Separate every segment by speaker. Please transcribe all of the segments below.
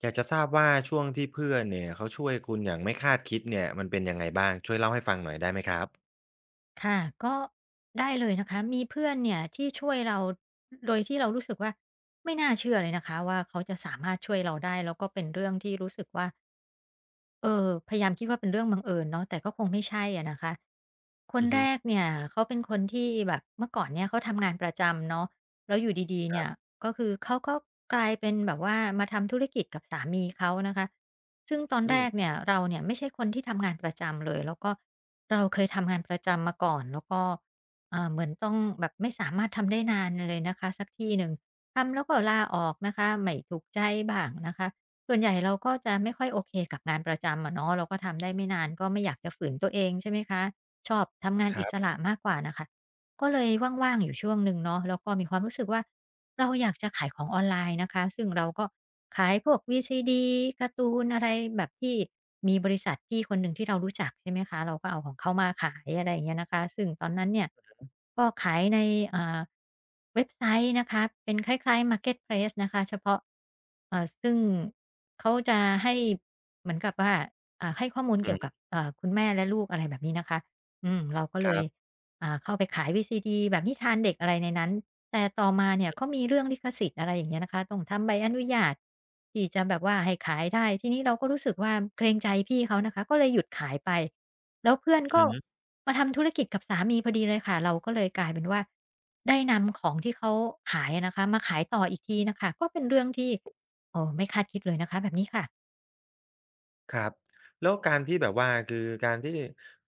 Speaker 1: อยากจะทราบว่าช่วงที่เพื่อนเนี่ยเขาช่วยคุณอย่างไม่คาดคิดเนี่ยมันเป็นยังไงบ้างช่วยเล่าให้ฟังหน่อยได้ไหมครับ
Speaker 2: ค่ะก็ได้เลยนะคะมีเพื่อนเนี่ยที่ช่วยเราโดยที่เรารู้สึกว่าไม่น่าเชื่อเลยนะคะว่าเขาจะสามารถช่วยเราได้แล้วก็เป็นเรื่องที่รู้สึกว่า เออพยายามคิดว่าเป็นเรื่องบังเอิญเนาะแต่ก็คงไม่ใช่อะนะคะคน
Speaker 1: อือ
Speaker 2: แร
Speaker 1: ฮึ
Speaker 2: กเนี่ยเขาเป็นคนที่แบบเมื่อก่อนเนี่ยเขาทำงานประจำเนาะแล้วอยู่ดีๆ
Speaker 1: ครั
Speaker 2: เนี่ย
Speaker 1: บ
Speaker 2: ก็คือเขาก็กลายเป็นแบบว่ามาทำธุรกิจกับสามีเขานะคะซึ่งตอน
Speaker 1: อื
Speaker 2: แรก
Speaker 1: ม
Speaker 2: เนี่ยเราเนี่ยไม่ใช่คนที่ทำงานประจำเลยแล้วก็เราเคยทำงานประจำมาก่อนแล้วก็เหมือนต้องแบบไม่สามารถทำได้นานเลยนะคะสักที่หนึ่งทำแล้วก็ลาออกนะคะไม่ถูกใจบ้างนะคะ ส่วนใหญ่เราก็จะไม่ค่อยโอเคกับงานประจำอะเนาะเราก็ทำได้ไม่นานก็ไม่อยากจะฝืนตัวเองใช่ไหมคะชอบทำงาน
Speaker 1: ค
Speaker 2: อิ
Speaker 1: รั
Speaker 2: สระ
Speaker 1: บ
Speaker 2: มากกว่าน่ะค่ะก็เลยว่างๆอยู่ช่วงหนึ่งเนาะแล้วก็มีความรู้สึกว่า เราอยากจะขายของออนไลน์นะคะซึ่งเราก็ขายพวก VCD การ์ตูนอะไรแบบที่มีบริษัทพี่คนหนึ่งที่เรารู้จักใช่ไหมคะเราก็เอาของเขามาขายอะไรอย่างเงี้ยนะคะซึ่งตอนนั้นเนี่ยก็ขายในอ่าเว็บไซต์นะคะเป็นคล้ายๆ Marketplace นะคะเฉพาะซึ่งเขาจะให้เหมือนกับว่าให้ข้อมูล
Speaker 1: อื
Speaker 2: เกี่ยวกับ
Speaker 1: อ
Speaker 2: คุณแม่และลูกอะไรแบบนี้นะคะอืมเราก็
Speaker 1: ค
Speaker 2: เลย
Speaker 1: รับ
Speaker 2: เข้าไปขาย VCD แบบนิทานเด็กอะไรในนั้น แต่ต่อมาเนี่ยก็มีเรื่องลิขสิทธิ์อะไรอย่างเงี้ยนะคะต้องทำใบอนุญาตที่จะแบบว่าให้ขายได้ ทีนี้เราก็รู้สึกว่าเกรงใจพี่เขานะคะ ก็เลยหยุดขายไป แล้วเพื่อน
Speaker 1: อื
Speaker 2: ก็
Speaker 1: อ
Speaker 2: มาทำธุรกิจกับสามีพอดีเลยค่ะ เราก็เลยกลายเป็นว่าได้นำของที่เขาขายอะนะคะ มาขายต่ออีกทีนะคะ ก็เป็นเรื่องที่เอ้อไม่คาดคิดเลยนะคะแบบนี้ค่ะ
Speaker 1: ครับแล้วการที่แบบว่าคือการที่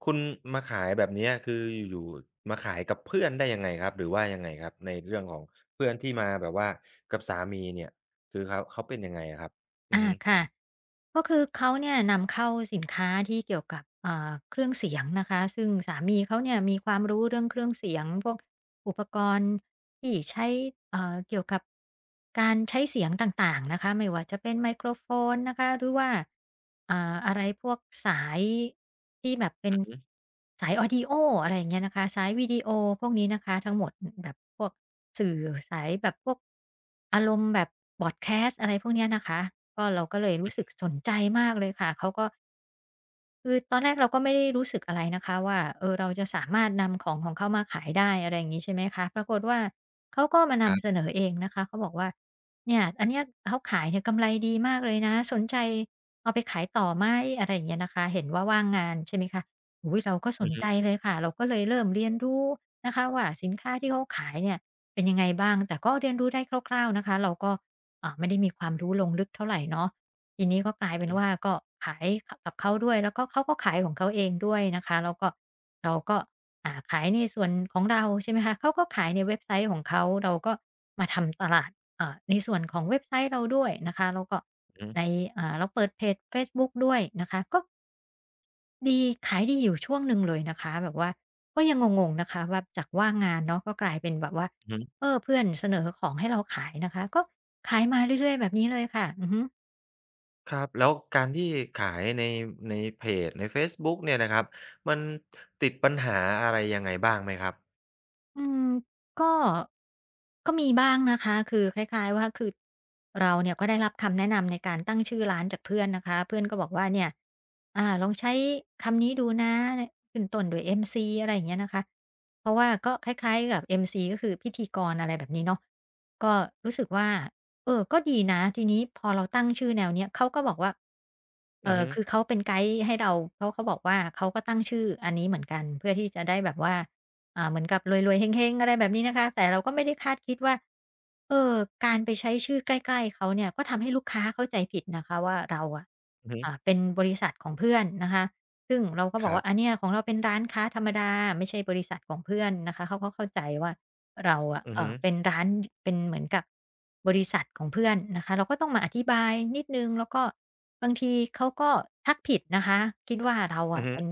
Speaker 1: คุณมาขายแบบเนี้ยคืออยู่ๆมาขายกับเพื่อนได้ยังไงครับหรือว่ายังไงครับในเรื่องของเพื่อนที่มาแบบว่ากับสามีเนี่ยคือเขาเป็นยังไงอะครับอือ
Speaker 2: อา
Speaker 1: ฮึ
Speaker 2: ค่ะก็คือเขาเนี่ยนำเข้าสินค้าที่เกี่ยวกับเครื่องเสียงนะคะซึ่งสามีเขาเนี่ยมีความรู้เรื่องเครื่องเสียงพวก อุปกรณ์ที่ใช้เกี่ยวกับการใช้เสียงต่างๆนะคะไม่ว่าจะเป็นไมโครโฟนนะคะหรือว่าอะไรพวกสายที่แบบเป็น
Speaker 1: อือฮึ
Speaker 2: สาย Audio อะไรอย่างเงี้ยนะคะสายวิดีโอพวกนี้นะคะทั้งหมดอแบบพวกสื่อสายแบบพวกอารมณ์แบบพอดแคสต์อะไรพวกเนี้ยนะคะก็เราก็เลยรู้สึกสนใจมากเลยค่ะเขาก็ คือตอนแรกเราก็ไม่ได้รู้สึกอะไรนะคะว่าเออเราจะสามารถนำของของเขามาขายได้อะไรอย่างงี้ใช่ไหมคะปรากฏว่าเขาก็มา
Speaker 1: ครั
Speaker 2: นำเส
Speaker 1: บ
Speaker 2: นอเองนะคะเขาบอกว่าเนี่ยอันเนี้ยเขาขายเนี่ยกำไรดีมากเลยนะสนใจเอาไปขายต่อไหมอะไรอย่างเงี้ยนะคะเห็นว่าว่างงานใช่ไหมคะโอ้โฮเราก็ส
Speaker 1: อื
Speaker 2: น
Speaker 1: อ
Speaker 2: ใจ
Speaker 1: ฮึ
Speaker 2: เลยค่ะเราก็เลยเริ่มเรียนรู้นะคะว่าสินค้าที่เขาขายเนี่ยเป็นยังไงบ้างแต่ก็เรียนรู้ได้คร่าวๆนะคะเราก็ไม่ได้มีความรู้ลงลึกเท่าไรเนาะ ทีนี้ก็กลาย
Speaker 1: อื
Speaker 2: เป็
Speaker 1: อ
Speaker 2: นว่า
Speaker 1: ฮึ
Speaker 2: ก็ขายกับเขาด้วยแล้วก็เขาก็ขายของเขาเองด้วยนะคะแล้วก็เราก็ขายในส่วนของเราใช่ไหมคะเขาก็ขายในเว็บไซต์ของเขาเราก็มาทำตลาดในส่วนของเว็บไซต์เราด้วยนะคะแล้วก็
Speaker 1: อือ
Speaker 2: ในเราเปิดเพจเฟซบุ๊กด้วยนะคะก็ดีขายดีอยู่ช่วงหนึ่งเลยนะคะแบบว่าก็ยังงงๆนะคะว่าจากว่างงานเนาะก็กลายเป็นแบบว่า
Speaker 1: ฮึ
Speaker 2: เออเพื่อนเสนอของให้เราขายนะคะก็ขายมาเรื่อยๆแบบนี้เลยค่ะอือฮึ
Speaker 1: ครับแล้วการที่ขายในเพจในเฟซบุ๊กเนี่ยนะครับมันติดปัญหาอะไรยังไงบ้างไหมครับ
Speaker 2: อืมก็ก็มีบ้างนะคะคือคล้ายๆว่าคือเราเนี่ยก็ได้รับคำแนะนำในการตั้งชื่อร้านจากเพื่อนนะคะเพื่อนก็บอกว่าเนี่ยลองใช้คำนี้ดูนะขึ้นต้นด้วย MC" อะไรอย่างเงี้ยนะคะเพราะว่าก็คล้ายๆกับ MC ก็คือพิธีกรอะไรแบบนี้เนาะก็รู้สึกว่าเออก็ดีนะทีนี้พอเราตั้งชื่อแนวเนี้ยเขาก็บอกว่า
Speaker 1: อือฮึ
Speaker 2: คือเขาเป็นไกด์ให้เราเพราะเขาบอกว่าเขาก็ตั้งชื่ออันนี้เหมือนกันเพื่อที่จะได้แบบว่า เหมือนกับรวยๆเฮงๆอะไรแบบนี้นะคะแต่เราก็ไม่ได้คาดคิดว่าเออการไปใช้ชื่อใกล้ๆเขาเนี่ยก็ทำให้ลูกค้าเข้าใจผิดนะคะว่าเราอะ
Speaker 1: อือฮึ
Speaker 2: เป็นบริษัทของเพื่อนนะคะซึ่งเราก็บ
Speaker 1: ค
Speaker 2: อก
Speaker 1: รั
Speaker 2: ว่าอา
Speaker 1: บ
Speaker 2: เนี่ยของเราเป็นร้านค้าธรรมดาไม่ใช่บริษัทของเพื่อนนะคะเขาก็เข้าใจว่าเราอะ
Speaker 1: อือฮึ
Speaker 2: เป็นร้านเป็นเหมือนกับบริษัทของเพื่อนนะคะเราก็ต้องมาอธิบายนิดหนึ่งแล้วก็บางทีเขาก็ทักผิดนะคะคิดว่าเรา
Speaker 1: อื
Speaker 2: อะ
Speaker 1: อฮึ
Speaker 2: เป็น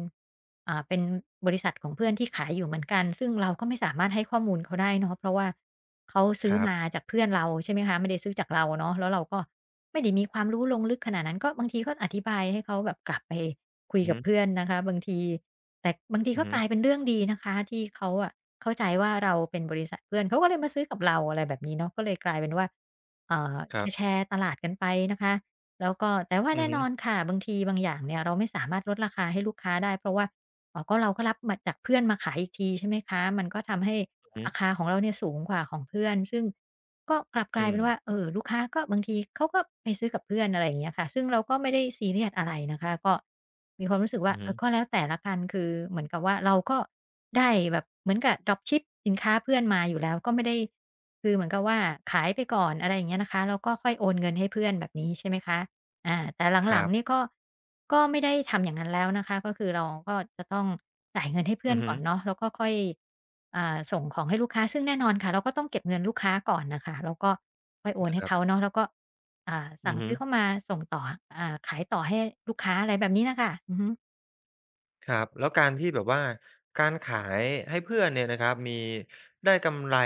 Speaker 2: เป็นบริษัทของเพื่อนที่ขายอยู่เหมือนกันซึ่งเราก็ไม่สามารถให้ข้อมูลเขาได้เนาะเพราะว่าเขา
Speaker 1: ค
Speaker 2: ซื้อ
Speaker 1: รั
Speaker 2: มา
Speaker 1: บ
Speaker 2: จากเพื่อนเราใช่ไหมคะไม่ได้ซื้อจากเราเนาะแล้วเราก็ไม่ได้มีความรู้ลงลึกขนาดนั้นก็บางทีก็อธิบายให้เขาแบบกลับไปคุย
Speaker 1: อือ
Speaker 2: กั
Speaker 1: ฮึ
Speaker 2: บเพื่อนนะคะบางทีแต่บางที
Speaker 1: อือ
Speaker 2: ก็
Speaker 1: ฮึ
Speaker 2: กลายเป็นเรื่องดีนะคะที่เขาอะเข้าใจว่าเราเป็นบริษัทเพื่อนเขาก็เลยมาซื้อกับเราอะไรแบบนี้เนาะก็เลยกลายเป็นว่าเอ่อ
Speaker 1: ครับ
Speaker 2: แชร์ๆตลาดกันไปนะคะแล้วก็แต่ว่า
Speaker 1: อือ
Speaker 2: แน่
Speaker 1: ฮึ
Speaker 2: นอนค่ะบางทีบางอย่างเนี่ยเราไม่สามารถลดราคาให้ลูกค้าได้เพราะว่า อ๋อก็เราก็รับมาจากเพื่อนมาขายอีกทีใช่ไหมคะมันก็ทำให้
Speaker 1: อือฮึ
Speaker 2: ราคาของเราเนี่ยสูงกว่าของเพื่อนซึ่งกลับกลาย
Speaker 1: อืม
Speaker 2: เป็นว่าเออลูกค้าก็บางทีเขาก็ไปซื้อกับเพื่อนอะไรอย่างเงี้ยค่ะซึ่งเราก็ไม่ได้ซีเรียสอะไรนะคะก็มีความรู้สึกว่า
Speaker 1: อือ
Speaker 2: เอ
Speaker 1: ฮึ
Speaker 2: อก็แล้วแต่ละกันคือเหมือนกับว่าเราก็ได้แบบเหมือนกับ Dropship สินค้าเพื่อนมาอยู่แล้วก็ไม่ได้คือเหมือนกับว่าขายไปก่อนอะไรอย่างเงี้ยนะคะแล้วก็ค่อยโอนเงินให้เพื่อนแบบนี้ใช่ไหมคะ อาแต่
Speaker 1: ค
Speaker 2: หลั
Speaker 1: รั
Speaker 2: งๆนี่
Speaker 1: บ
Speaker 2: ก็ไม่ได้ทำอย่างนั้นแล้วนะคะก็คือเราก็จะต้องจ่ายเงินให้เพื่อ
Speaker 1: อื
Speaker 2: น
Speaker 1: อฮึ
Speaker 2: ก่อนเนาะแล้วก็ค่อยส่งของให้ลูกค้าซึ่งแน่นอนค่ะเราก็ต้องเก็บเงินลูกค้าก่อนน่ะค่ะแล้วก็ค่อยโอนให้
Speaker 1: ครั
Speaker 2: เขา
Speaker 1: บ
Speaker 2: เนาะแล้วก็อ่า
Speaker 1: อื
Speaker 2: สั่ง
Speaker 1: อฮึ
Speaker 2: ซื้อเข้ามาส่งต่อขายต่อให้ลูกค้าอะไรแบบนี้น่ะค่ะอือฮึ
Speaker 1: ครับแล้วการที่แบบว่าการขายให้เพื่อนเนี่ยนะครับมีได้กำไร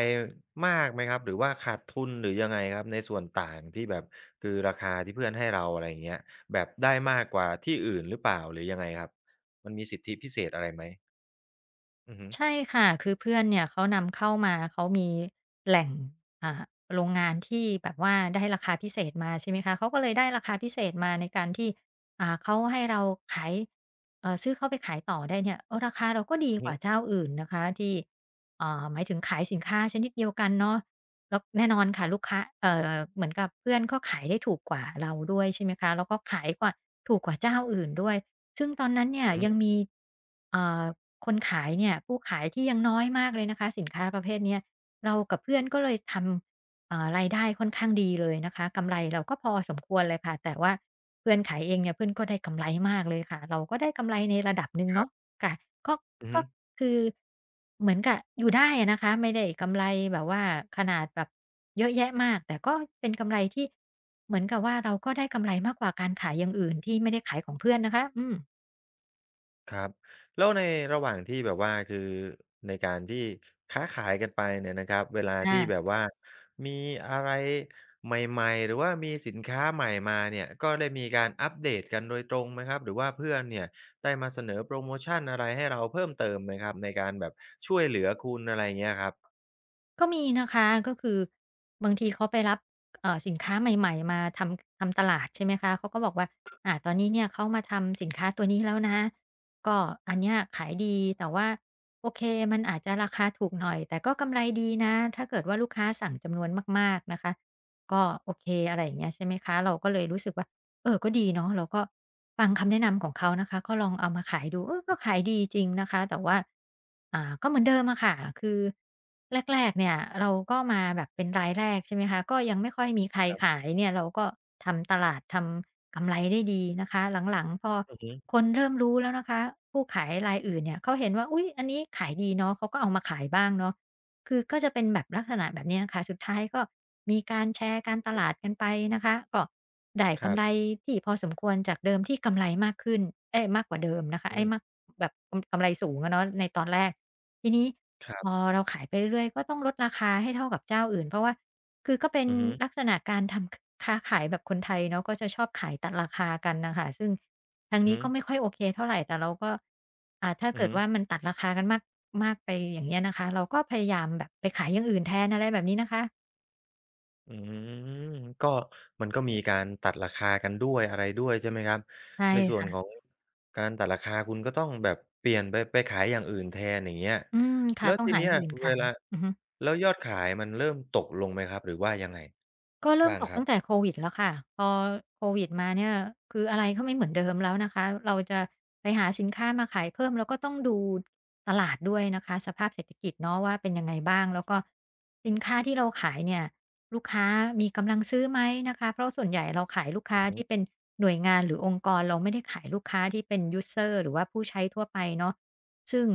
Speaker 1: มากไหมครับหรือว่าขาดทุนหรือยังไงครับในส่วนต่างที่แบบคือราคาที่เพื่อนให้เราอะไรอย่างเงี้ยแบบได้มากกว่าที่อื่นหรือเปล่าหรือยังไงครับมันมีสิทธิพิเศษอะไรไหมอือฮึ
Speaker 2: ใช่ค่ะคือเพื่อนเนี่ยเขานำเข้ามาเขามีแหล่งอ่าโรงงานที่แบบว่าได้ราคาพิเศษมาใช่ไหมคะเขาก็เลยได้ราคาพิเศษมาในการที่เขาให้เราขายซื้อเขาไปขายต่อได้เนี่ยเออราคาเราก็ดี
Speaker 1: อือ
Speaker 2: ก
Speaker 1: ฮึ
Speaker 2: ว่าเจ้าอื่นนะคะที่หมายถึงขายสินค้าชนิดเดียวกันเนาะแล้วแน่นอนค่ะลูกค้าเหมือนกับเพื่อนก็ขายได้ถูกกว่าเราด้วยใช่ไหมคะแล้วก็ขายกว่าถูกกว่าเจ้าอื่นด้วยซึ่งตอนนั้นเนี่ย
Speaker 1: อือฮึ
Speaker 2: ยังมีอ่า คนขายเนี่ยผู้ขายที่ยังน้อยมากเลยนะคะสินค้าประเภทเนี้ยเรากับเพื่อนก็เลยทำรายได้ค่อนข้างดีเลยนะคะกำไรเราก็พอสมควรเลยค่ะแต่ว่าเพื่อนขายเองเนี่ยเพื่อนก็ได้กำไรมากเลยค่ะเราก็ได้กำไรในระดับหนึ่ง
Speaker 1: ครั
Speaker 2: เนาะ
Speaker 1: บ
Speaker 2: ค่ะก็
Speaker 1: อือ
Speaker 2: ก็
Speaker 1: ฮึ
Speaker 2: คือเหมือนกับอยู่ได้อะนะคะไม่ได้กำไรแบบว่าขนาดแบบเยอะแยะมากแต่ก็เป็นกำไรที่เหมือนกับว่าเราก็ได้กำไรมากกว่าการขายอย่างอื่นที่ไม่ได้ขายของเพื่อนนะคะอืม
Speaker 1: ครับแล้วในระหว่างที่แบบว่าคือในการที่ค้าขายกันไปเนี่ยนะครับเวลา
Speaker 2: อา
Speaker 1: ที่แบบว่ามีอะไรใหม่ๆหรือว่ามีสินค้าใหม่มาเนี่ยก็ได้มีการอัปเดตกันโดยตรงไหมครับหรือว่าเพื่อนเนี่ยได้มาเสนอโพรโมชันอะไรให้เราเพิ่มเติมไหมครับในการแบบช่วยเหลือคุณอะไรเงี้ยครับ
Speaker 2: ก็มีนะคะก็คือบางทีเขาไปรับสินค้าใหม่ๆมาทำตลาดใช่ไหมคะเขาก็บอกว่าอาตอนนี้เนี่ยเขามาทำสินค้าตัวนี้แล้วนะก็อันเนี้ยขายดีแต่ว่าโอเคมันอาจจะราคาถูกหน่อยแต่ก็กำไรดีนะถ้าเกิดว่าลูกค้าสั่งจำนวนมากๆนะคะก็โอเคอะไรอย่างเงี้ยใช่ไหมคะเราก็เลยรู้สึกว่า เออก็ดีเนาะเราก็ฟังคำแนะนำของเขานะคะก็ลองเอามาขายดูเออก็ขายดีจริงนะคะแต่ว่าก็เหมือนเดิมอะค่ะคือแรกๆเนี่ยเราก็มาแบบเป็นรายแรกใช่ไหมคะก็ยังไม่ค่อยมีใครขายเนี่ยเราก็ทำตลาดทำกำไรได้ดีนะคะหลังๆพอ
Speaker 1: อือฮึ
Speaker 2: คนเริ่มรู้แล้วนะคะผู้ขายรายอื่นเนี่ยเขาเห็นว่าอุ๊ยอันนี้ขายดีเนาะเขาก็เอามาขายบ้างเนาะ คือก็จะเป็นแบบลักษณะแบบนี้นะคะสุดท้ายก็มีการแชร์การตลาดกันไปนะคะก็ได้
Speaker 1: ค
Speaker 2: กำ
Speaker 1: รับ
Speaker 2: ไรที่พอสมควรจากเดิมที่กำไรมากขึ้นเอ๊ยมากกว่าเดิมนะคะ
Speaker 1: อื
Speaker 2: เอ้ยมาก
Speaker 1: ม
Speaker 2: แบบกำไรสูงอะเนาะในตอนแรกทีนี้
Speaker 1: ครั
Speaker 2: พอ
Speaker 1: บ
Speaker 2: เราขายไปเรื่อยๆก็ต้องลดราคาให้เท่ากับเจ้าอื่นเพราะว่าคือก็เป็น
Speaker 1: อือฮึ
Speaker 2: ลักษณะการทำค้าขายแบบคนไทยเนาะก็จะชอบขายตัดราคากันน่ะค่ะซึ่ง ทาง
Speaker 1: อือ
Speaker 2: นี้
Speaker 1: ฮึ
Speaker 2: ก็ไม่ค่อยโอเคเท่าไรแต่เราก็ถ้า
Speaker 1: อือ
Speaker 2: เกิด
Speaker 1: ฮึ
Speaker 2: ว่ามันตัดราคากันมากมากไปอย่างเงี้ยนะคะเราก็พยายามแบบไปขายอย่างอื่นแทนอะไรแบบนี้นะคะ
Speaker 1: อืมก็มันก็มีการตัดราคากันด้วยอะไรด้วยใช่ไหมครับ
Speaker 2: ใช่
Speaker 1: ในส่วนขอ
Speaker 2: ค่ะ
Speaker 1: งการตัดราคาคุณก็ต้องแบบเปลี่ยนไปขายอย่างอื่นแทนอย่างเงี้ย
Speaker 2: อืมค่ะ
Speaker 1: แล้ว
Speaker 2: ต้อง
Speaker 1: ที
Speaker 2: หาอ
Speaker 1: เนี้ย
Speaker 2: ย่างอื่น
Speaker 1: เว
Speaker 2: ขาย
Speaker 1: ลา
Speaker 2: อือฮึ
Speaker 1: แล้วยอดขายมันเริ่มตกลงไหมครับหรือว่ายังไง
Speaker 2: ก็เริ่ม
Speaker 1: บ้าง
Speaker 2: ต
Speaker 1: ค
Speaker 2: ก
Speaker 1: รั
Speaker 2: ตั้
Speaker 1: บ
Speaker 2: งแต่โควิดแล้วค่ะพอโควิดมาเนี่ยคืออะไรก็ไม่เหมือนเดิมแล้วนะคะเราจะไปหาสินค้ามาขายเพิ่มเราก็ต้องดูตลาดด้วยนะคะสภาพเศรษฐกิจเนาะว่าเป็นยังไงบ้างแล้วก็สินค้าที่เราขายเนี่ยลูกค้ามีกำลังซื้อไหมนะคะเพราะส่วนใหญ่เราขายลูก
Speaker 1: อื
Speaker 2: ค้า
Speaker 1: อ
Speaker 2: ที่เป็
Speaker 1: ฮึ
Speaker 2: นหน่วยงานหรือองค์กรเราไม่ได้ขายลูกค้าที่เป็นยูสเซอร์หรือว่าผู้ใช้ทั่วไปเนาะ ซึ่ง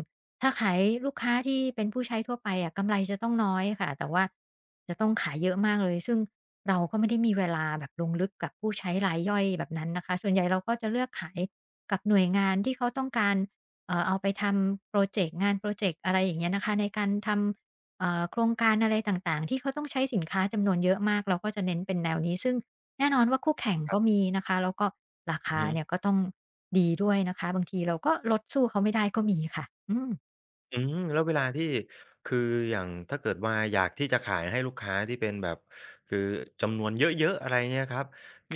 Speaker 2: ถ้าขายลูกค้าที่เป็นผู้ใช้ทั่วไปอะกำไรจะต้องน้อยค่ะแต่ว่าจะต้องขายเยอะมากเลยซึ่งเราก็ไม่ได้มีเวลาแบบลงลึกกับผู้ใช้รายย่อยแบบนั้นนะคะส่วนใหญ่เราก็จะเลือกขายกับหน่วยงานที่เขาต้องการเอาไปทำพรอเจกต์งานพรอเจกต์อะไรอย่างเงี้ยนะคะในการทำโครงการอะไรต่างๆที่เขาต้องใช้สินค้าจำนวนเยอะมากเราก็จะเน้นเป็นแนวนี้ซึ่ง แน่นอนว่าคู่แข่ง
Speaker 1: ครั
Speaker 2: ก็
Speaker 1: บ
Speaker 2: มีนะคะแล้วก็รา
Speaker 1: อือ
Speaker 2: คา
Speaker 1: ฮึ
Speaker 2: เนี่ยก็ต้องดีด้วยนะคะบางทีเราก็ลดสู้เขาไม่ได้ก็มีค่ะอืม
Speaker 1: อืมแล้วเวลาที่คืออย่างถ้าเกิดว่าอยากที่จะขายให้ลูกค้าที่เป็นแบบคือจำนวนเยอะๆอะไรเงี้ยครับ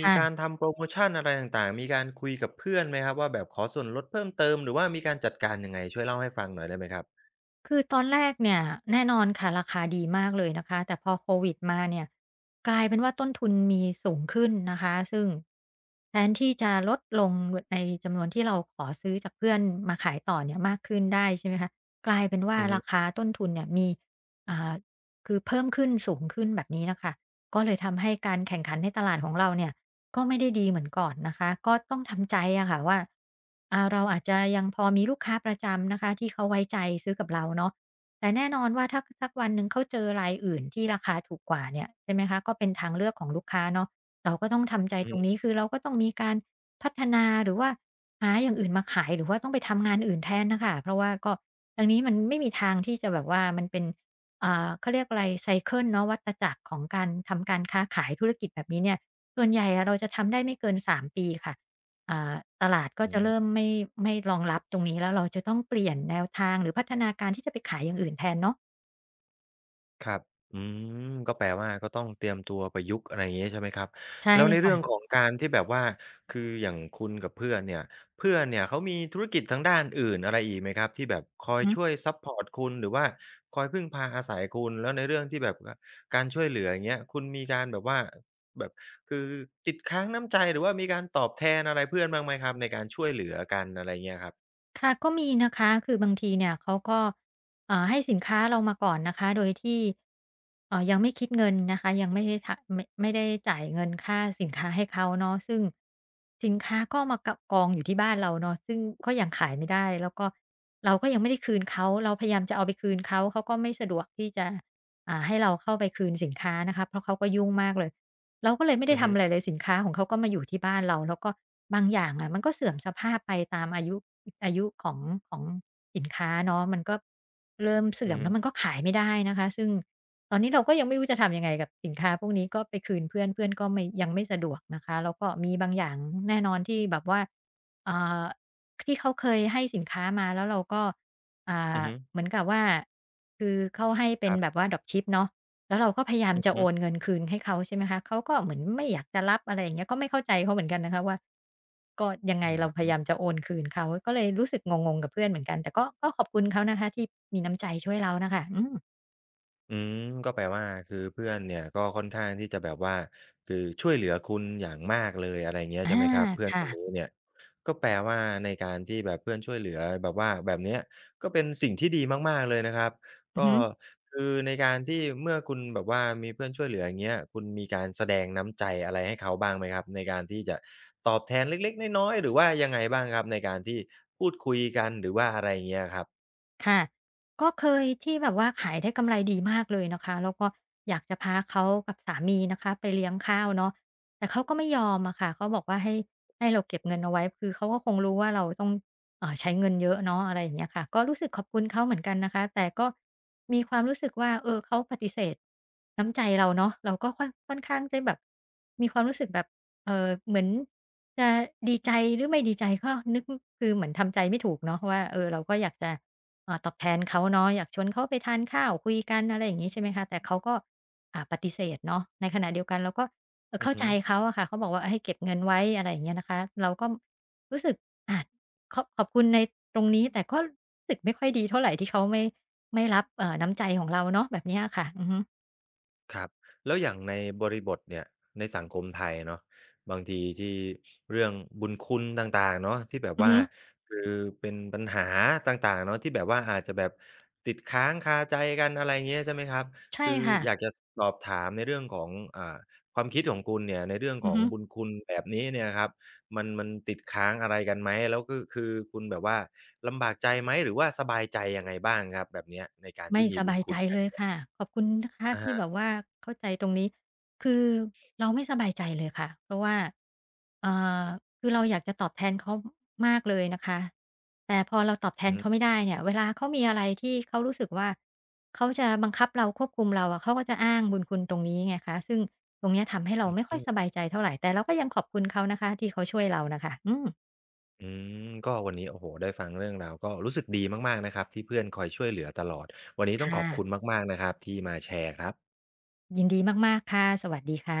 Speaker 1: มี
Speaker 2: ่ะ
Speaker 1: การทำโพรโมชันอะไรต่างๆมีการคุยกับเพื่อนไหมครับว่าแบบขอส่วนลดเพิ่มเติมหรือว่ามีการจัดการยังไงช่วยเล่าให้ฟังหน่อยได้ไหมครับ
Speaker 2: คือตอนแรกเนี่ยแน่นอนค่ะราคาดีมากเลยนะคะแต่พอโควิดมาเนี่ยกลายเป็นว่าต้นทุนมีสูงขึ้นนะคะซึ่งแทนที่จะลดลงในจำนวนที่เราขอซื้อจากเพื่อนมาขายต่อเนี่ยมากขึ้นได้ใช่ไหมคะกลายเป็นว่า
Speaker 1: อือฮึ
Speaker 2: ราคาต้นทุนเนี่ยมีอ่าคือเพิ่มขึ้นสูงขึ้นแบบนี้น่ะค่ะก็เลยทำให้การแข่งขันในตลาดของเราเนี่ย ก็ไม่ได้ดีเหมือนก่อนนะคะก็ต้องทำใจอะค่ะว่าเราอาจจะยังพอมีลูกค้าประจำนะคะที่เขาไว้ใจซื้อกับเราเนาะแต่แน่นอนว่าถ้าสักวันหนึ่งเขาเจอรายอื่นที่ราคาถูกกว่าเนี่ยใช่ไหมคะก็เป็นทางเลือกของลูกค้าเนาะเราก็ต้องทำใจ
Speaker 1: อื
Speaker 2: ต
Speaker 1: อ
Speaker 2: รงนี้
Speaker 1: ฮึ
Speaker 2: คือเราก็ต้องมีการพัฒนาหรือว่าหาอย่างอื่นมาขายหรือว่าต้องไปทำงานอื่นแทนน่ะค่ะเพราะว่าก็ทางนี้มันไม่มีทางที่จะแบบว่ามันเป็นเขาเรียกอะไรไซเคิลเนาะวัฏจักรของการทำการค้าขายธุรกิจแบบนี้เนี่ย ส่วนใหญ่อะเราจะทำได้ไม่เกิน3ปีค่ะอ่าตลาดก็
Speaker 1: อื
Speaker 2: จะเริ่ม
Speaker 1: ม
Speaker 2: ไม่รองรับตรงนี้แล้วเราจะต้องเปลี่ยนแนวทางหรือพัฒนาการที่จะไปขายอย่างอื่นแทนเนาะ
Speaker 1: ครับอืมก็แปลว่าก็ต้องเตรียมตัวประยุกต์อะไรอย่างงี้ใช่ไหมครับ
Speaker 2: ใช่
Speaker 1: แล้วในเรื่อง
Speaker 2: ค่ะ
Speaker 1: ของการที่แบบว่าคืออย่างคุณกับเพื่อนเนี่ยเพื่อนเนี่ยเขามีธุรกิจทางด้านอื่นอะไรอีกไหมครับที่แบบค
Speaker 2: อือ
Speaker 1: อย
Speaker 2: ฮึ
Speaker 1: ช่วยซัปพอร์ตคุณหรือว่าคอยพึ่งพาอาศัยคุณแล้วในเรื่องที่แบบการช่วยเหลืออย่างเงี้ยคุณมีการแบบว่าแบบคือติดค้างน้ำใจหรือว่ามีการตอบแทนอะไรเพื่อนบ้างไหมครับในการช่วยเหลือกันอะไรเงี้ยครับ
Speaker 2: ค่ะก็มีนะคะคือบางทีเนี่ยเขาก็ให้สินค้าเรามาก่อนนะคะโดยที่ยังไม่คิดเงินนะคะยังไม่ได้ทะไม่ไม่ได้จ่ายเงินค่าสินค้าให้เขาเนาะซึ่งสินค้าก็มากะกองอยู่ที่บ้านเราเนาะซึ่งก็ยังขายไม่ได้แล้วก็เราก็ยังไม่ได้คืนเขาเราพยายามจะเอาไปคืนเขาเขาก็ไม่สะดวกที่จะให้เราเข้าไปคืนสินค้านะคะเพราะเขาก็ยุ่งมากเลย เราก็เลยไม่ได้
Speaker 1: อือฮึ
Speaker 2: ทำอะไรเลยสินค้าของเขาก็มาอยู่ที่บ้านเราแล้วก็บางอย่างอะมันก็เสื่อมสภาพไปตามอายุอายุของสินค้าเนาะมันก็เริ่มเสื่
Speaker 1: อื
Speaker 2: อ
Speaker 1: อ
Speaker 2: ม
Speaker 1: ฮึ
Speaker 2: แล้วมันก็ขายไม่ได้นะคะซึ่งตอนนี้เราก็ยังไม่รู้จะทำยังไงกับสินค้าพวกนี้ก็ไปคืนเพื่อนเพื่อนก็ไม่ยังไม่สะดวกนะคะแล้วก็มีบางอย่างแน่นอนที่แบบว่าอ่าที่เขาเคยให้สินค้ามาแล้วเราก็อ่
Speaker 1: อื
Speaker 2: า
Speaker 1: อฮึ
Speaker 2: เหมือนกับว่าคือเขาให้เป็
Speaker 1: ค
Speaker 2: น
Speaker 1: รับ
Speaker 2: แบบว่า Dropship เนาะ แล้วเราก็พยายาม
Speaker 1: อือ
Speaker 2: จะโอน
Speaker 1: ฮึ
Speaker 2: เงินคืนให้เขาใช่ไหมคะเขาก็เหมือนไม่อยากจะรับอะไรอย่างเงี้ยก็ไม่เข้าใจเขาเหมือนกันนะคะว่าก็ยังไง
Speaker 1: อื
Speaker 2: เราพยา
Speaker 1: ม
Speaker 2: ยามจะโอนคืนเขาก็เลยรู้สึกงงๆกับเพื่อนเหมือนกันแต่ก็ขอบคุณเขานะคะที่มีน้ำใจช่วยเราน่ะค่ะอืม
Speaker 1: อืมก็แปลว่าคือเพื่อนเนี่ยก็ค่อนข้างที่จะแบบว่าคือช่วยเหลือคุณอย่างมากเลยอะไรอย่างเงี้ย
Speaker 2: อา
Speaker 1: ใช่ไหมครับเพื่อนค
Speaker 2: ค่ะ
Speaker 1: นนี้เนี่ยก็แปลว่าในการที่แบบเพื่อนช่วยเหลือแบบว่าแบบเนี้ยก็เป็นสิ่งที่ดีมากๆเลยนะครับ
Speaker 2: อือ
Speaker 1: ก็
Speaker 2: ฮึ
Speaker 1: คือในการที่เมื่อคุณแบบว่ามีเพื่อนช่วยเหลืออย่างเงี้ยคุณมีการแสดงน้ำใจอะไรให้เขาบ้างไหมครับในการที่จะตอบแทนเล็กๆน้อยๆหรือว่ายังไงบ้างครับในการที่พูดคุยกันหรือว่าอะไรอย่างเงี้ยครับ
Speaker 2: ค่ะก็เคยที่แบบว่าขายได้กำไรดีมากเลยนะคะแล้วก็อยากจะพาเขากับสามีนะคะไปเลี้ยงข้าวเนาะแต่เขาก็ไม่ยอมอะค่ะเขาบอกว่าให้เราเก็บเงินเอาไว้คือเขาก็คงรู้ว่าเราต้องใช้เงินเยอะเนาะอะไรอย่างเงี้ยค่ะก็รู้สึกขอบคุณเขาเหมือนกันนะคะแต่ก็มีความรู้สึกว่าเออเขาปฏิเสธน้ำใจเราเนาะเราก็ค่อนข้างจะแบบมีความรู้สึกแบบ เหมือนจะดีใจหรือไม่ดีใจก็นึกคือเหมือนทำใจไม่ถูกเนาะว่าเออเราก็อยากจะตอบแทนเขาเนาะอยากชวนเขาไปทานข้าวคุยกันอะไรอย่างงี้ใช่ไหมคะแต่เขาก็ปฏิเสธเนาะในขณะเดียวกันเราก็
Speaker 1: อือ
Speaker 2: เข้า
Speaker 1: ฮึ
Speaker 2: ใจเขาอะค่ะเขาบอกว่าให้เก็บเงินไว้อะไรอย่างเงี้ยนะคะเราก็รู้สึกอาขอบคุณในตรงนี้แต่ก็รู้สึกไม่ค่อยดีเท่าไรที่เขาไม่รับน้ำใจของเราเนาะแบบเนี้ยอะค่ะอือฮึ
Speaker 1: ครับแล้วอย่างในบริบทเนี่ยในสังคมไทยเนาะบางทีที่เรื่องบุญคุณต่างๆเนาะที่แบบ
Speaker 2: อือ
Speaker 1: ว่า
Speaker 2: ฮึ
Speaker 1: คือเป็นปัญหาต่างๆเนาะที่แบบว่าอาจจะแบบติดค้างคาใจกันอะไรเงี้ยใช่ไหมครับ
Speaker 2: ใช่
Speaker 1: คือ
Speaker 2: ค่ะ
Speaker 1: อยากจะสอบถามในเรื่องของอ่าความคิดของคุณเนี่ยในเรื่อง
Speaker 2: อื
Speaker 1: ข
Speaker 2: อ
Speaker 1: อง
Speaker 2: ฮึ
Speaker 1: บุญคุณแบบนี้เนี่ยครับมันติดค้างอะไรกันไหมแล้วก็คือคุณแบบว่าลำบากใจไหมหรือว่าสบายใจยังไงบ้างครับแบบเนี้ยในการ
Speaker 2: ไม่
Speaker 1: ที่มี
Speaker 2: ส
Speaker 1: บุ
Speaker 2: บา
Speaker 1: ญ
Speaker 2: ย
Speaker 1: คุ
Speaker 2: ใจ
Speaker 1: ณกั
Speaker 2: เล
Speaker 1: น
Speaker 2: ย
Speaker 1: เนี่ย
Speaker 2: ค่ะขอบคุณนะคะ
Speaker 1: อะ
Speaker 2: ที่
Speaker 1: ฮะ
Speaker 2: แบบว่าเข้าใจตรงนี้คือเราไม่สบายใจเลยค่ะเพราะว่าเอ่อคือเราอยากจะตอบแทนเขามากเลยนะคะแต่พอเราตอบแทน
Speaker 1: อือ
Speaker 2: เขาไม่ได้เนี่ยเวลาเขามีอะไรที่เขารู้สึกว่าเขาจะบังคับเราควบคุมเราอะเขาก็จะอ้างบุญคุณตรงนี้ไงคะซึ่งตรงเนี้ยทำให้เราไม่ค่อยส
Speaker 1: ฮึ
Speaker 2: บายใจเท่าไรแต่เราก็ยังขอบคุณเขานะคะที่เขาช่วยเราน่ะค่ะอืม
Speaker 1: อืมก็วันนี้โอ้โฮได้ฟังเรื่องราวก็รู้สึกดีมากๆนะครับที่เพื่อนคอยช่วยเหลือตลอดวันนี้ต้องข
Speaker 2: ค่ะ
Speaker 1: อบคุณมากๆนะครับที่มาแชร์ครับ
Speaker 2: ยินดีมากๆค่ะสวัสดีค่ะ